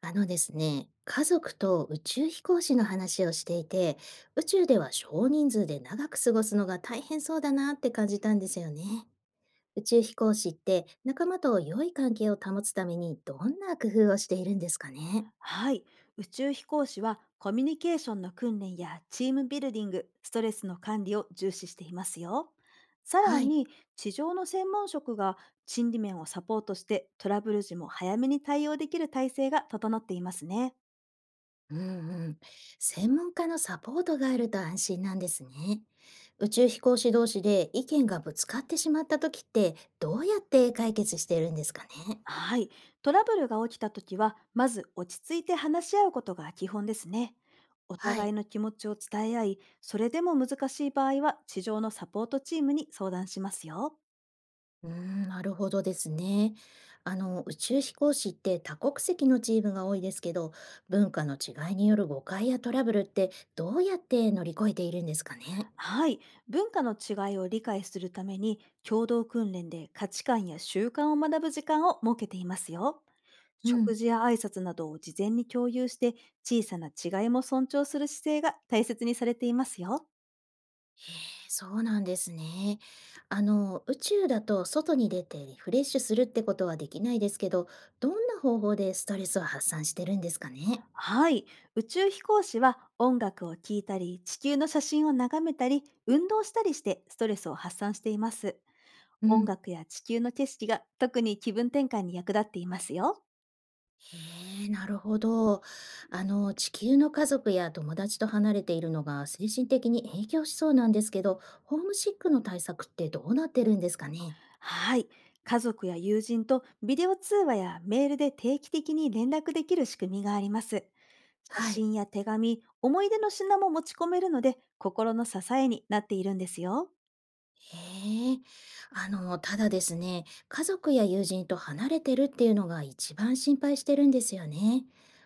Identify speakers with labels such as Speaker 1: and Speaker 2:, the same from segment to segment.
Speaker 1: あのですね、家族と宇宙飛行士の話をしていて、宇宙では少人数で長く過ごすのが大変そうだなって感じたんですよね。宇宙飛行士って仲間と良い関係を保つためにどんな工夫をしているんですかね。
Speaker 2: はい。宇宙飛行士はコミュニケーションの訓練やチームビルディング、ストレスの管理を重視していますよ。さら
Speaker 1: はい。
Speaker 2: に、地上の専門職が心理面をサポートしてトラブル時も早めに対応できる体制が整っていますね。
Speaker 1: うんうん。専門家のサポートがあると安心なんですね。宇宙飛行士同士で意見がぶつかってしまった時ってどうやって解決してるんですかね。
Speaker 2: はい。トラブルが起きた時は、まず落ち着いて話し合うことが基本ですね。お
Speaker 1: は
Speaker 2: 互い
Speaker 1: い。
Speaker 2: の気持ちを伝え合い、それでも難しい場合は地上のサポートチームに相談しますよ。
Speaker 1: なるほどですね。あの、宇宙飛行士って多国籍のチームが多いですけど、文化の違いによる誤解やトラブルってどうやって乗り越えているんですかね。
Speaker 2: はい。文化の違いを理解するために、共同訓練で価値観や習慣を学ぶ時間を設けていますよ。
Speaker 1: う
Speaker 2: 食
Speaker 1: ん、
Speaker 2: 事や挨拶などを事前に共有して、小さな違いも尊重する姿勢が大切にされていますよ。
Speaker 1: そうなんですね。あの、宇宙だと外に出てリフレッシュするってことはできないですけど、どんな方法でストレスを発散してるんですかね。
Speaker 2: はい。宇宙飛行士は音楽を聴いたり、地球の写真を眺めたり、運動したりしてストレスを発散しています。
Speaker 1: う
Speaker 2: 音
Speaker 1: ん。
Speaker 2: 楽や地球の景色が特に気分転換に役立っていますよ。
Speaker 1: へえ、なるほど。あの、地球の家族や友達と離れているのが精神的に影響しそうなんですけど、ホームシックの対策ってどうなってるんですかね？
Speaker 2: はい。家族や友人とビデオ通話やメールで定期的に連絡できる仕組みがあります。写
Speaker 1: はい。
Speaker 2: 真や手紙、思い出の品も持ち込めるので、心の支えになっているんですよ。
Speaker 1: へえ。あの、ただですね、家族や友人と離れてるっていうのが一番心配してるんですよね。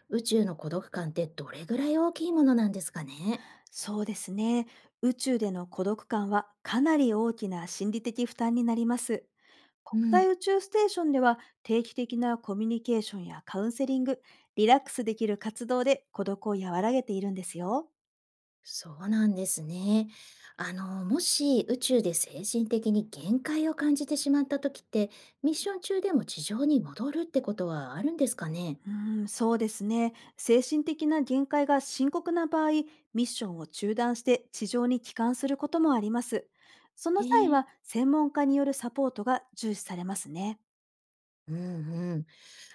Speaker 1: 宇宙の孤独感ってどれぐらい大きいものなんですかね？
Speaker 2: そうですね。宇宙での孤独感はかなり大きな心理的負担になります。
Speaker 1: う
Speaker 2: 国際
Speaker 1: ん。
Speaker 2: 宇宙ステーションでは定期的なコミュニケーションやカウンセリング、リラックスできる活動で孤独を和らげているんですよ。
Speaker 1: そうなんですね。あの、もし宇宙で精神的に限界を感じてしまった時って、ミッション中でも地上に戻るってことはあるんですかね？
Speaker 2: そうですね。精神的な限界が深刻な場合、ミッションを中断して地上に帰還することもあります。その
Speaker 1: へ
Speaker 2: 際
Speaker 1: え。
Speaker 2: は専門家によるサポートが重視されますね。
Speaker 1: うんうん。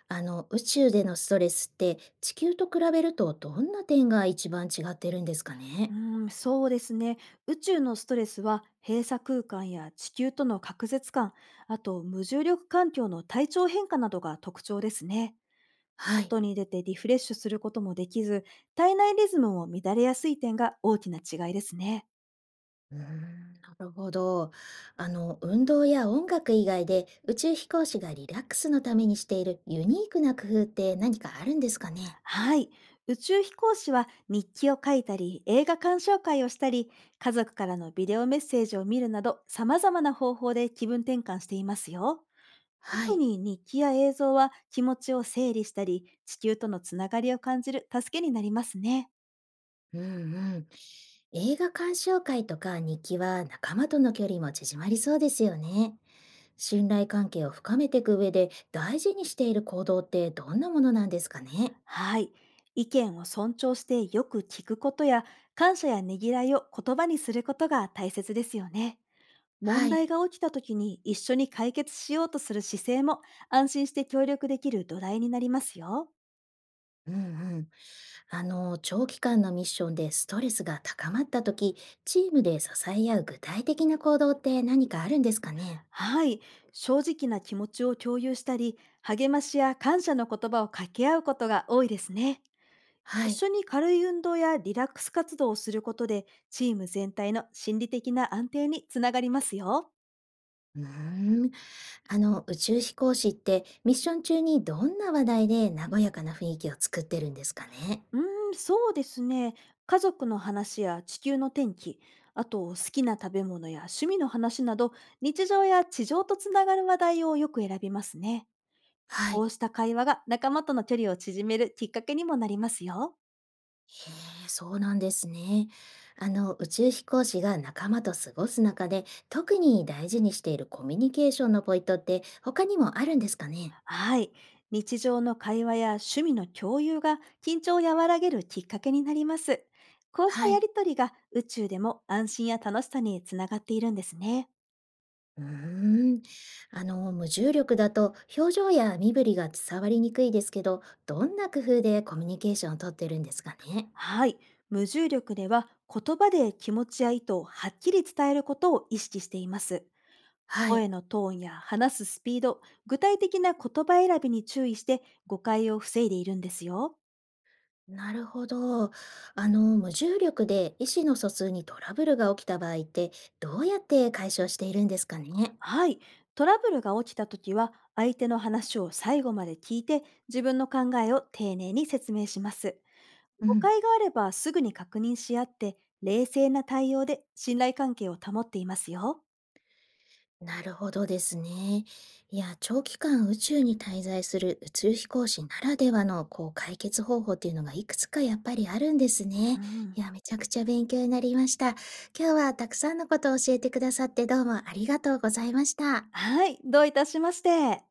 Speaker 1: あの、宇宙でのストレスって地球と比べるとどんな点が一番違ってるんですかね？
Speaker 2: そうですね。宇宙のストレスは閉鎖空間や地球との隔絶感、あと無重力環境の体調変化などが特徴ですね。
Speaker 1: はい。
Speaker 2: 外に出てリフレッシュすることもできず、体内リズムも乱れやすい点が大きな違いですね。
Speaker 1: なるほど。あの、運動や音楽以外で宇宙飛行士がリラックスのためにしているユニークな工夫って何かあるんですかね？
Speaker 2: はい。宇宙飛行士は日記を書いたり、映画鑑賞会をしたり、家族からのビデオメッセージを見るなど、様々な方法で気分転換していますよ。
Speaker 1: は
Speaker 2: 特
Speaker 1: い。
Speaker 2: に日記や映像は気持ちを整理したり、地球とのつながりを感じる助けになりますね。
Speaker 1: うんうん。映画鑑賞会とか日記は仲間との距離も縮まりそうですよね。信頼関係を深めていく上で大事にしている行動ってどんなものなんですかね？
Speaker 2: はい。意見を尊重してよく聞くことや、感謝やねぎらいを言葉にすることが大切ですよね。問
Speaker 1: はい。
Speaker 2: 題が起きた時に一緒に解決しようとする姿勢も安心して協力できる土台になりますよ。
Speaker 1: うんうん。あの、長期間のミッションでストレスが高まった時、チームで支え合う具体的な行動って何かあるんですかね？
Speaker 2: はい。正直な気持ちを共有したり、励ましや感謝の言葉を掛け合うことが多いですね。
Speaker 1: は
Speaker 2: 一
Speaker 1: い。
Speaker 2: 緒に軽い運動やリラックス活動をすることで、チーム全体の心理的な安定につながりますよ。
Speaker 1: うーん。あの、宇宙飛行士ってミッション中にどんな話題で和やかな雰囲気を作ってるんですかね？
Speaker 2: うそうですね。家族の話や地球の天気、あと好きな食べ物や趣味の話など、日常や地上とつながる話題をよく選びますね。
Speaker 1: は
Speaker 2: こ
Speaker 1: い。
Speaker 2: うした会話が仲間との距離を縮めるきっかけにもなりますよ。
Speaker 1: へえ、そうなんですね。あの、宇宙飛行士が仲間と過ごす中で、特に大事にしているコミュニケーションのポイントって他にもあるんですかね？
Speaker 2: はい。日常の会話や趣味の共有が緊張を和らげるきっかけになります。こうした
Speaker 1: は
Speaker 2: や
Speaker 1: い。
Speaker 2: りとりが宇宙でも安心や楽しさにつながっているんですね。
Speaker 1: うーん。あの、無重力だと表情や身振りが伝わりにくいですけど、どんな工夫でコミュニケーションをとってるんですかね？
Speaker 2: はい。無重力では言葉で気持ちや意図をはっきり伝えることを意識しています。
Speaker 1: はい。
Speaker 2: 声のトーンや話すスピード、具体的な言葉選びに注意して誤解を防いでいるんですよ。
Speaker 1: なるほど。あの、無重力で意思の疎通にトラブルが起きた場合って、どうやって解消しているんですかね？
Speaker 2: はい。トラブルが起きた時は相手の話を最後まで聞いて自分の考えを丁寧に説明します。
Speaker 1: う
Speaker 2: 誤
Speaker 1: ん。
Speaker 2: 解があればすぐに確認し合って冷静な対応で信頼関係を保っていますよ。
Speaker 1: なるほどですね。いや、長期間宇宙に滞在する宇宙飛行士ならではのこう解決方法っていうのがいくつかやっぱりあるんです
Speaker 2: う
Speaker 1: ね。
Speaker 2: ん。
Speaker 1: いや、めちゃくちゃ勉強になりました。今日はたくさんのことを教えてくださってどうもありがとうございました。
Speaker 2: はい。どういたしまして。